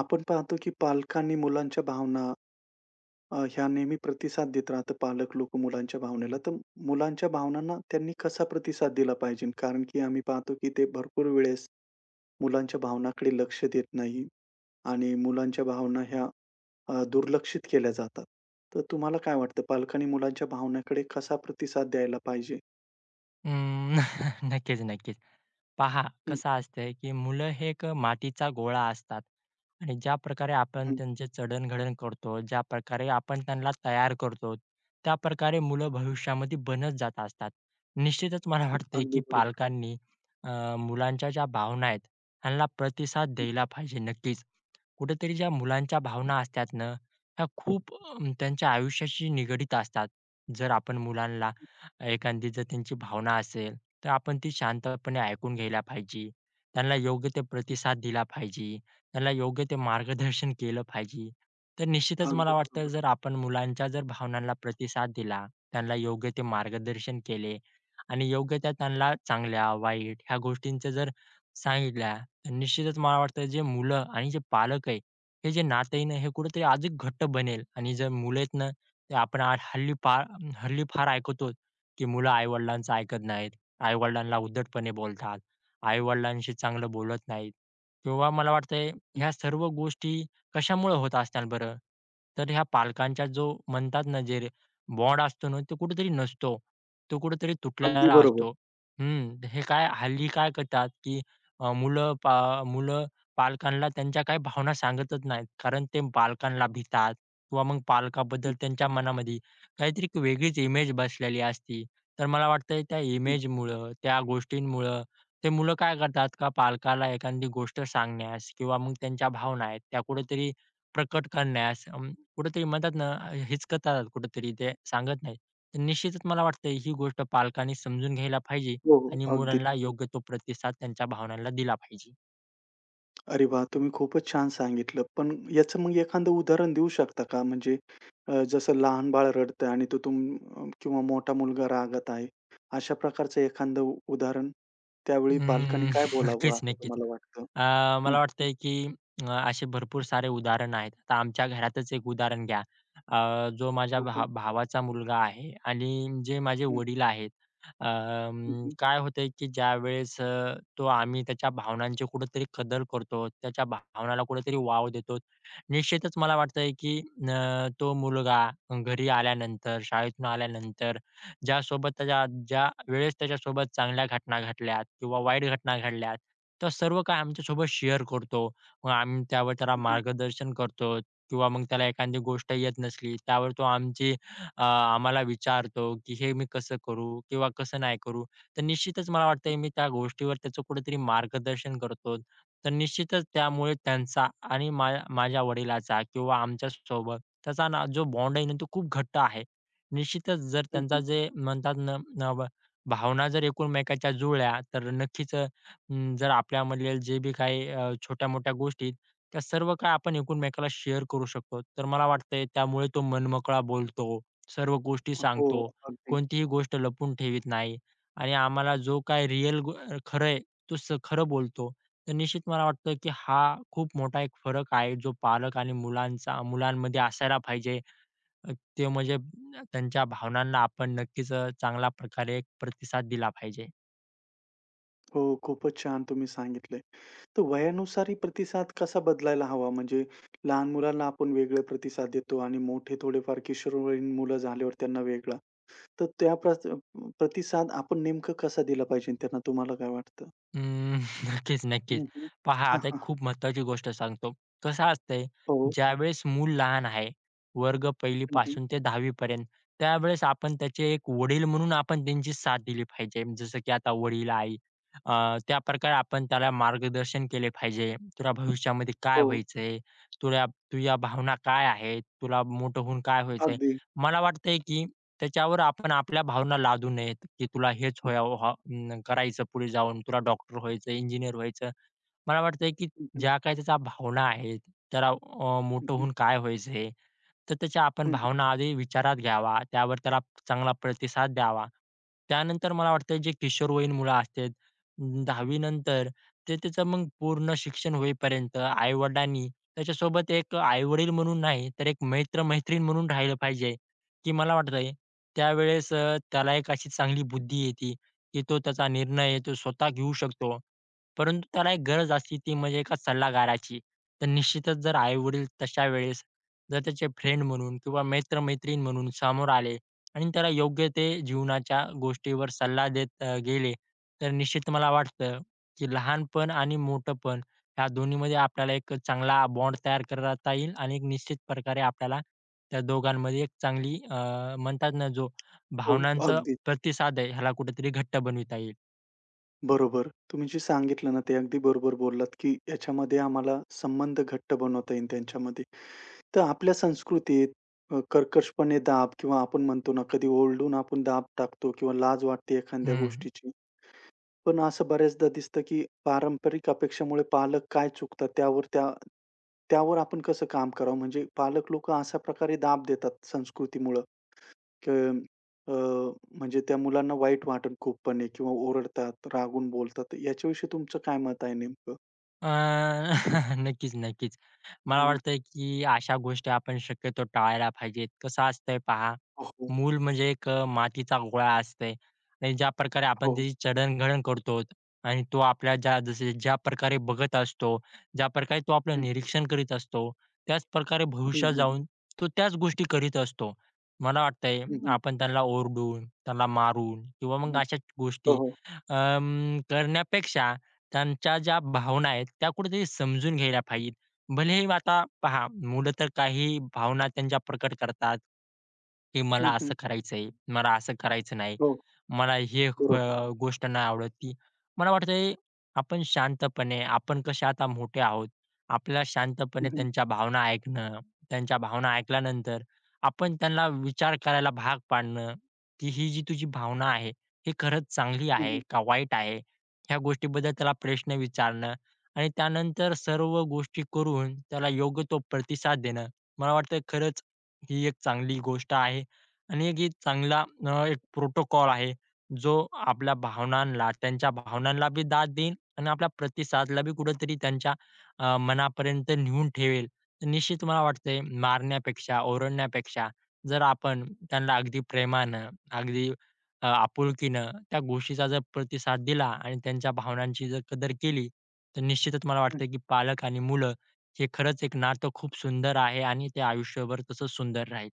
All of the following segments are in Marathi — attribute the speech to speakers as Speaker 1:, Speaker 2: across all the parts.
Speaker 1: आपण पाहतो की पालकांनी मुलांच्या भावना ह्या नेहमी प्रतिसाद देत राहतं पालक लोक मुलांच्या भावनेला. तर मुलांच्या भावनांना त्यांनी कसा प्रतिसाद दिला पाहिजे? कारण की आम्ही पाहतो की ते भरपूर वेळेस मुलांच्या भावनाकडे लक्ष देत नाही आणि मुलांच्या भावना ह्या दुर्लक्षित केल्या जातात. तर तुम्हाला काय वाटतं पालकांनी मुलांच्या भावनाकडे कसा प्रतिसाद द्यायला पाहिजे?
Speaker 2: अं, नक्कीच, नक्कीच. पहा
Speaker 1: हं,
Speaker 2: कसं असतंय, की मुलं हे एक मातीचा गोळा असतात आणि ज्याप्रकारे आपण
Speaker 1: हं.
Speaker 2: त्यांचे जडण-घडण करतो, ज्याप्रकारे आपण त्यांना तयार करतो, त्याप्रकारे मुलं भविष्यामध्ये बनत जात असतात. निश्चितच मला वाटतंय,
Speaker 1: अगदी
Speaker 2: की
Speaker 1: बरोबर.
Speaker 2: पालकांनी मुलांच्या ज्या भावना आहेत, ह्यांना प्रतिसाद
Speaker 1: हं,
Speaker 2: द्यायला पाहिजे नक्कीच. कुठेतरी ज्या मुलांच्या भावना असतात ना, ह्या खूप त्यांच्या आयुष्याशी निगडीत असतात. जर आपण मुलांना
Speaker 1: हं,
Speaker 2: एखादी जर त्यांची भावना असेल, तर आपण ती शांतपणे ऐकून घ्यायला पाहिजे. त्यांना योग्य ते
Speaker 1: हं.
Speaker 2: प्रतिसाद दिला पाहिजे. त्यांना योग्य ते मार्गदर्शन केलं पाहिजे. तर निश्चितच
Speaker 1: अगदी
Speaker 2: मला वाटतं
Speaker 1: बरोबर.
Speaker 2: जर आपण मुलांच्या जर भावनांना प्रतिसाद दिला, त्यांना योग्य ते मार्गदर्शन केले आणि योग्य त्या त्यांना चांगल्या, वाईट ह्या गोष्टींचं जर सांगितल्या निश्चितच मला वाटतं जे मुलं आणि जे पालक आहे, हे जे नातं आहे ना, हे कुठेतरी अधिक घट्ट बनेल आणि जर मुलं आहेत ना, ते आपण आ हल्ली फार हल्ली फार ऐकतो, की मुलं आई-वडिलांचं ऐकत नाहीत. आई-वडिलांना उद्धटपणे बोलतात. आई-वडिलांशी चांगलं बोलत नाहीत किंवा मला वाटतंय
Speaker 1: हं.
Speaker 2: ह्या सर्व गोष्टी कशामुळे होत असणार बरं? तर ह्या पालकांच्या जो म्हणतात ना, जे बॉन्ड असतो ना, तो कुठेतरी नसतो. तो कुठेतरी
Speaker 1: अगदी
Speaker 2: तुटलेला
Speaker 1: बरोबर.
Speaker 2: असतो. हं, हे काय हल्ली काय करतात, की अ, मुलं पा मुलं पालकांना त्यांच्या काही भावना सांगतच नाहीत. कारण ते पालकांना भितात किंवा मग
Speaker 1: हं,
Speaker 2: पालकाबद्दल त्यांच्या मनामध्ये काहीतरी एक वेगळीच इमेज बसलेली असती. तर मला वाटतंय त्या
Speaker 1: हं.
Speaker 2: इमेजमुळं, त्या गोष्टींमुळं ते मुलं काय करतात का पालकाला एखादी गोष्ट सांगण्यास किंवा मग त्यांच्या भावना आहेत त्या कुठेतरी प्रकट करण्यास कुठेतरी म्हणतात ना हिचकतात कुठेतरी ते सांगत नाहीत. तर निश्चितच मला वाटतंय ही गोष्ट पालकांनी समजून घ्यायला पाहिजे.
Speaker 1: हो, हो.
Speaker 2: आणि
Speaker 1: अगदी.
Speaker 2: मुलांना योग्य तो प्रतिसाद त्यांच्या भावनांना दिला पाहिजे.
Speaker 1: अरे वाह! तुम्ही खूपच छान सांगितलं. पण याचं मग एखादं उदाहरण देऊ शकता का? म्हणजे जसं लहान बाळ रडतंय आणि तो तुम किंवा मोठा मुलगा रागात आहे. अशा प्रकारचं एखादं उदाहरण?
Speaker 2: अं,
Speaker 1: त्यावेळी पालकांनी काय बोलावं
Speaker 2: नक्कीच,
Speaker 1: असं
Speaker 2: नक्कीच.
Speaker 1: तुम्हाला वाटतं?
Speaker 2: अ,
Speaker 1: हं.
Speaker 2: मला वाटतंय की असे भरपूर सारे उदाहरण आहेत. आता आमच्या घरातच एक उदाहरण घ्या. अ, जो माझ्या
Speaker 1: हो, हो.
Speaker 2: भावाचा मुलगा आहे आणि जे माझे वडील आहेत.
Speaker 1: हं, हं.
Speaker 2: काय होतंय की ज्यावेळेस तो आम्ही त्याच्या भावनांची कुठेतरी कदर करतो, त्याच्या भावनाला कुठेतरी वाव देतो. निश्चितच मला वाटतंय की तो मुलगा घरी आल्यानंतर, शाळेतून आल्यानंतर ज्यासोबत त्याच्या ज्या वेळेस त्याच्यासोबत चांगल्या घटना घडल्यात किंवा वाईट घटना घडल्यात, तर सर्व काही आमच्यासोबत शेअर करतो. मग आम्ही त्यावर त्याला
Speaker 1: हं, हं.
Speaker 2: मार्गदर्शन करतो किंवा मग त्याला एखादी गोष्ट येत नसली, त्यावर तो आम्हाला विचारतो, की "हे मी कसं करू किंवा कसं नाही करू?" तर निश्चितच मला वाटतंय मी त्या गोष्टीवर त्याचं कुठेतरी मार्गदर्शन करतो. तर निश्चितच त्यामुळे त्यांचा आणि माझ्या वडिलाचा किंवा आमच्यासोबत त्याचा ना जो बॉन्ड आहे ना, तो खूप घट्ट आहे. निश्चितच जर
Speaker 1: हं,
Speaker 2: त्यांचा
Speaker 1: हं.
Speaker 2: जे म्हणतात ना ना ब भावना जर एकमेकांच्या जुळल्या तर नक्कीच जर आपल्यामधले जे बी काही छोट्या-मोठ्या गोष्टी आहेत, त्या सर्व काही आपण एकमेकाला शेअर करू शकतो. तर मला वाटतंय त्यामुळे तो मनमोकळा बोलतो, सर्व गोष्टी
Speaker 1: हो,
Speaker 2: सांगतो,
Speaker 1: अगदी.
Speaker 2: कोणतीही गोष्ट लपवून ठेवीत नाही आणि आम्हाला जो काही रिअल गो तो खरं बोलतो. तर निश्चित मला वाटतं, की हा खूप मोठा एक फरक आहे, जो पालक आणि मुलांचा मुलांमध्ये असायला पाहिजे. अ, ते म्हणजे त्यांच्या भावनांना आपण नक्कीच चांगल्या प्रकारे एक प्रतिसाद दिला पाहिजे.
Speaker 1: हो, खूपच छान तुम्ही सांगितलंय. तर वयानुसारही प्रतिसाद कसा बदलायला हवा? म्हणजे लहान मुलांना आपण वेगळे प्रतिसाद देतो आणि मोठे थोडेफार किशोरवयीन मुलं झाल्यावर त्यांना वेगळा. तर त्या प्रत प्रतिसाद आपण नेमकं कसा दिला पाहिजे त्यांना तुम्हाला काय वाटतं?
Speaker 2: अं, नक्कीच, नक्कीच.
Speaker 1: हं, हं.
Speaker 2: पहा
Speaker 1: हां,
Speaker 2: आता एक
Speaker 1: हां.
Speaker 2: खूप महत्त्वाची गोष्ट सांगतो. कसं असतंय,
Speaker 1: हो.
Speaker 2: ज्यावेळेस मूल लहान आहे, वर्ग 1ली
Speaker 1: हं, हं.
Speaker 2: पासून ते 10वी पर्यंत, त्यावेळेस आपण त्याचे एक वडील म्हणून आपण त्यांची साथ दिली पाहिजे. जसं की आता वडील-आई अ, त्याप्रकारे आपण त्याला मार्गदर्शन केले पाहिजे. तुला भविष्यामध्ये काय
Speaker 1: हो.
Speaker 2: व्हायचंय? तुला तुझ्या भावना काय आहेत? तुला मोठं होऊन काय व्हायचंय?
Speaker 1: अगदी.
Speaker 2: मला वाटतंय की त्याच्यावर आपण आपल्या भावना लादू नयेत, की तुला हेच करायचं पुढे जाऊन, तुला डॉक्टर व्हायचं, इंजिनिअर व्हायचं. मला वाटतंय की
Speaker 1: हं, हं.
Speaker 2: ज्या काही त्याच्या भावना आहेत, त्याला
Speaker 1: हं,
Speaker 2: मोठं
Speaker 1: हं.
Speaker 2: होऊन काय व्हायचंय, तर त्याच्या आपण
Speaker 1: हं, हं.
Speaker 2: भावना आधी विचारात घ्यावा, त्यावर त्याला चांगला प्रतिसाद द्यावा. त्यानंतर मला वाटतं जे किशोरवयीन मुलं असतात, 10वी नंतर ते त्याचं मग पूर्ण शिक्षण होईपर्यंत आई-वडिलांनी त्याच्यासोबत एक आई-वडील म्हणून नाही, तर एक मित्र-मैत्रीण म्हणून राहिलं पाहिजे, की मला वाटतंय त्यावेळेस त्याला एक अशी चांगली बुद्धी येते, की तो त्याचा निर्णय तो स्वतः घेऊ शकतो. परंतु त्याला एक गरज असते ती म्हणजे एका सल्लागाराची. तर निश्चितच जर आई-वडील तशा वेळेस जर त्याचे फ्रेंड म्हणून किंवा मित्र-मैत्रीण म्हणून समोर आले आणि त्याला योग्य ते जीवनाच्या गोष्टीवर सल्ला देत गेले, तर निश्चित मला वाटतं, की लहानपण आणि मोठेपण ह्या दोन्हीमध्ये आपल्याला एक चांगला बॉन्ड तयार करता येईल आणि एक निश्चित प्रकारे आपल्याला त्या दोघांमध्ये एक चांगली म्हणतात ना, जो
Speaker 1: हो.
Speaker 2: भावनांचा
Speaker 1: अगदी.
Speaker 2: प्रतिसाद आहे, ह्याला कुठेतरी घट्ट बनविता येईल.
Speaker 1: बरोबर. तुम्ही जे सांगितलं ना ते अगदी बरोबर बोललात, की याच्यामध्ये आम्हाला संबंध घट्ट बनवता येईल त्यांच्यामध्ये. तर आपल्या संस्कृतीत कर्कशपणे दाब किंवा आपण म्हणतो ना कधी ओरडून आपण दाब टाकतो किंवा लाज वाटते एखाद्या
Speaker 2: हं.
Speaker 1: गोष्टीची. पण असं बऱ्याचदा दिसतं, की पारंपरिक अपेक्षेमुळे पालक काय चुकतात त्यावर आपण कसं काम करावं? म्हणजे पालक लोकं अशा प्रकारे दाब देतात संस्कृतीमुळं, की अ, म्हणजे त्या मुलांना वाईट वाटेल खूपपणे किंवा ओरडतात, रागून बोलतात. याच्याविषयी तुमचं काय मत आहे नेमकं?
Speaker 2: अ, नक्कीच, नक्कीच. मला
Speaker 1: हं.
Speaker 2: वाटतं, की अशा गोष्टी आपण शक्यतो टाळायला पाहिजेत. कसं असतंय पहा
Speaker 1: हो,
Speaker 2: मूल म्हणजे एक मातीचा गोळा असते आणि ज्या प्रकारे आपण
Speaker 1: हो.
Speaker 2: त्याची जडणघडण करतो आणि तो आपल्या ज्या जसे ज्या प्रकारे बघत असतो, ज्या प्रकारे तो आपलं निरीक्षण करीत असतो, त्याच प्रकारे
Speaker 1: हं,
Speaker 2: भविष्यात
Speaker 1: हं.
Speaker 2: जाऊन तो त्याच गोष्टी करीत असतो. मला वाटतंय
Speaker 1: हं, हं.
Speaker 2: आपण त्यांना ओरडून, त्यांना मारून किंवा
Speaker 1: हं,
Speaker 2: मग
Speaker 1: हं.
Speaker 2: अशा
Speaker 1: हो,
Speaker 2: गोष्टी
Speaker 1: हो.
Speaker 2: करण्यापेक्षा त्यांच्या ज्या भावना आहेत त्या कुठेतरी समजून घ्यायला पाहिजे. भलेही आता पहा, मुलं तर काही भावना त्यांच्या प्रकट करतात, की मला
Speaker 1: हं, हं.
Speaker 2: असं करायचंय, मला असं करायचं नाही,
Speaker 1: हो.
Speaker 2: मला हे
Speaker 1: बरोबर.
Speaker 2: गोष्ट नाही आवडत ती. मला वाटतंय आपण शांतपणे आपण कसे आता मोठे आहोत, आपल्याला
Speaker 1: हं,
Speaker 2: शांतपणे
Speaker 1: हं.
Speaker 2: त्यांच्या भावना ऐकणं, त्यांच्या भावना ऐकल्यानंतर आपण त्यांना विचार करायला भाग पाडणं, की ही जी तुझी भावना आहे, ही खरंच चांगली
Speaker 1: हं,
Speaker 2: आहे
Speaker 1: हं.
Speaker 2: का वाईट आहे? ह्या गोष्टीबद्दल त्याला प्रश्न विचारणं आणि त्यानंतर सर्व गोष्टी करून त्याला योग्य तो प्रतिसाद देणं, मला वाटतं खरंच ही एक चांगली गोष्ट आहे आणि एक ही चांगला एक प्रोटोकॉल आहे, जो आपल्या भावनांना, त्यांच्या भावनांना बी दाद देईल आणि आपला प्रतिसादला बी कुठेतरी त्यांच्या मनापर्यंत नेऊन ठेवेल. तर निश्चित मला वाटतंय मारण्यापेक्षा, ओरडण्यापेक्षा जर आपण त्यांना अगदी प्रेमानं, अगदी आपुलकीनं त्या गोष्टीचा जर प्रतिसाद दिला आणि त्यांच्या भावनांची जर कदर केली, तर निश्चितच मला वाटतं की पालक आणि मुलं हे खरंच एक नातं खूप सुंदर आहे आणि ते आयुष्यभर तसंच सुंदर राहील.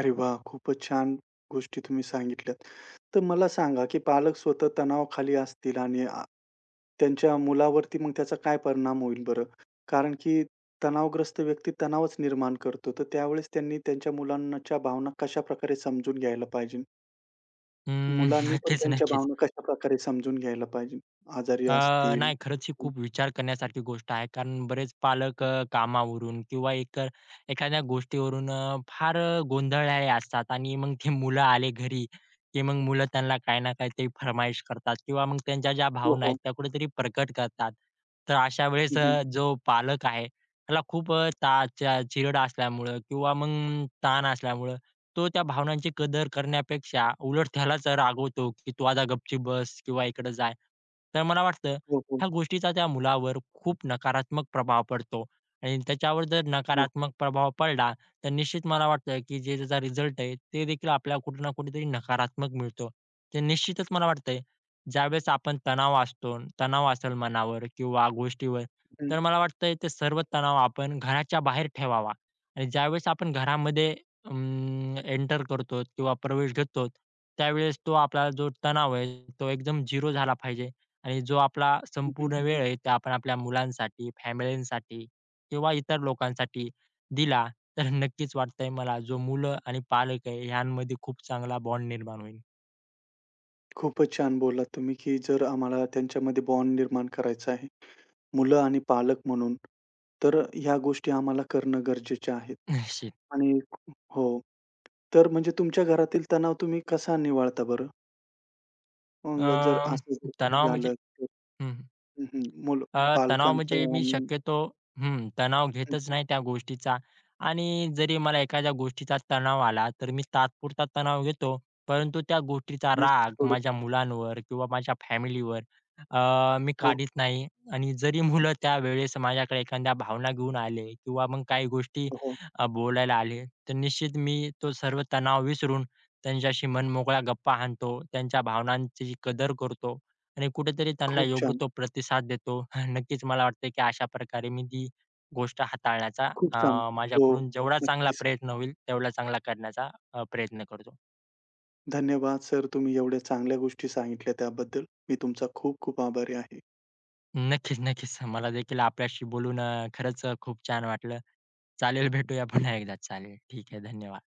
Speaker 1: अरे वा, खूपच छान गोष्टी तुम्ही सांगितल्यात. तर मला सांगा, की पालक स्वतः तणावाखाली असतील आणि त्यांच्या मुलावरती मग त्याचा काय परिणाम होईल बरं? कारण की तणावग्रस्त व्यक्ती तणावच निर्माण करतो. तर त्यावेळेस त्यांनी त्यांच्या मुलांच्या भावना कशाप्रकारे समजून घ्यायला पाहिजे?
Speaker 2: अं,
Speaker 1: मुलांनी पण
Speaker 2: नक्कीच,
Speaker 1: त्यांच्या
Speaker 2: नक्कीच.
Speaker 1: भावना कशाप्रकारे समजून घ्यायला पाहिजे? आजारी
Speaker 2: अ,
Speaker 1: असतील
Speaker 2: नाही खरंच ही खूप विचार करण्यासारखी गोष्ट आहे. कारण बरेच पालक कामावरून किंवा इतर एखाद्या गोष्टीवरून फार गोंधळलेले असतात आणि मग ते मुलं आले घरी, की मग मुलं त्यांना काही ना काहीतरी फर्माईश करतात किंवा मग त्यांच्या ज्या
Speaker 1: हो,
Speaker 2: भावना
Speaker 1: हो.
Speaker 2: आहेत त्या कुठेतरी प्रकट करतात. तर अशा वेळेस
Speaker 1: हं, हं.
Speaker 2: जो पालक आहे त्याला खूप अ, ता चा चिरड असल्यामुळं किंवा मग ताण असल्यामुळं तो त्या भावनांची कदर करण्यापेक्षा उलट त्यालाच रागवतो, की "तू आता गपची बस" किंवा "इकडे जा." तर मला वाटतं
Speaker 1: हो, हो.
Speaker 2: ह्या गोष्टीचा त्या मुलावर खूप नकारात्मक प्रभाव पडतो आणि त्याच्यावर जर
Speaker 1: हो.
Speaker 2: नकारात्मक प्रभाव पडला, तर निश्चित मला वाटतं, की जे त्याचा रिझल्ट आहे, ते देखील आपल्याला कुठे ना कुठेतरी नकारात्मक मिळतो. तर निश्चितच मला वाटतंय, ज्यावेळेस आपण तणाव असतो, तणाव असेल मनावर किंवा गोष्टीवर,
Speaker 1: हं,
Speaker 2: तर मला वाटतंय ते सर्व तणाव आपण घराच्या बाहेर ठेवावा आणि ज्यावेळेस आपण घरामध्ये एंटर करतो किंवा प्रवेश घेतो, त्यावेळेस तो आपला जो तणाव आहे तो एकदम झिरो झाला पाहिजे आणि जो आपला
Speaker 1: हं.
Speaker 2: संपूर्ण वेळ आहे ते आपण आपल्या मुलांसाठी, फॅमिलींसाठी किंवा इतर लोकांसाठी दिला, तर नक्कीच वाटतंय मला जो मुलं आणि पालक आहे ह्यांमध्ये खूप चांगला बॉन्ड निर्माण होईल.
Speaker 1: खूपच छान बोललात तुम्ही, की जर आम्हाला त्यांच्यामध्ये बॉन्ड निर्माण करायचा आहे, मुलं आणि पालक म्हणून, तर ह्या गोष्टी आम्हाला करणं गरजेच्या आहेत.
Speaker 2: निश्चित.
Speaker 1: आणि हो. तर म्हणजे तुमच्या घरातील तणाव तुम्ही कसा निवाळता बरं?
Speaker 2: अ,
Speaker 1: मग जर असं जर काही
Speaker 2: तणाव म्हणजे
Speaker 1: झालं तर
Speaker 2: हं.
Speaker 1: हं, मुलं
Speaker 2: तणाव म्हणजे
Speaker 1: पालकांचं
Speaker 2: मी
Speaker 1: आणि
Speaker 2: शक्यतो हं, तणाव
Speaker 1: हं,
Speaker 2: घेतच नाही त्या गोष्टीचा आणि जरी मला एखाद्या गोष्टीचा तणाव आला, तर मी तात्पुरता तणाव घेतो. परंतु त्या गोष्टीचा
Speaker 1: आणि
Speaker 2: राग
Speaker 1: सोडून
Speaker 2: माझ्या मुलांवर किंवा माझ्या फॅमिलीवर मी
Speaker 1: हो,
Speaker 2: काढीत नाही आणि जरी मुलं त्यावेळेस माझ्याकडे एखाद्या भावना घेऊन आले किंवा मग काही गोष्टी
Speaker 1: हो.
Speaker 2: बोलायला आले, तर निश्चित मी तो सर्व तणाव विसरून त्यांच्याशी मनमोकळ्या गप्पा हाणतो, त्यांच्या भावनांची कदर करतो. आणि कुठेतरी त्यांना
Speaker 1: खूप
Speaker 2: योग्य
Speaker 1: छान,
Speaker 2: तो प्रतिसाद देतो. नक्कीच मला वाटतंय की अशा प्रकारे मी ती गोष्ट हाताळण्याचा
Speaker 1: खूप छान. हो,
Speaker 2: माझ्याकडून जेवढा चांगला
Speaker 1: नक्की सर.
Speaker 2: प्रयत्न होईल, तेवढा चांगला करण्याचा प्रयत्न करतो.
Speaker 1: धन्यवाद सर, तुम्ही एवढ्या चांगल्या गोष्टी सांगितल्या त्याबद्दल. मी तुमचा खूप खूप आभारी आहे.
Speaker 2: नक्कीच, नक्कीच. मला देखील आपल्याशी बोलून खरंच खूप छान वाटलं. चालेल भेटूया पुन्हा एकदा. चालेल. ठीक आहे. धन्यवाद.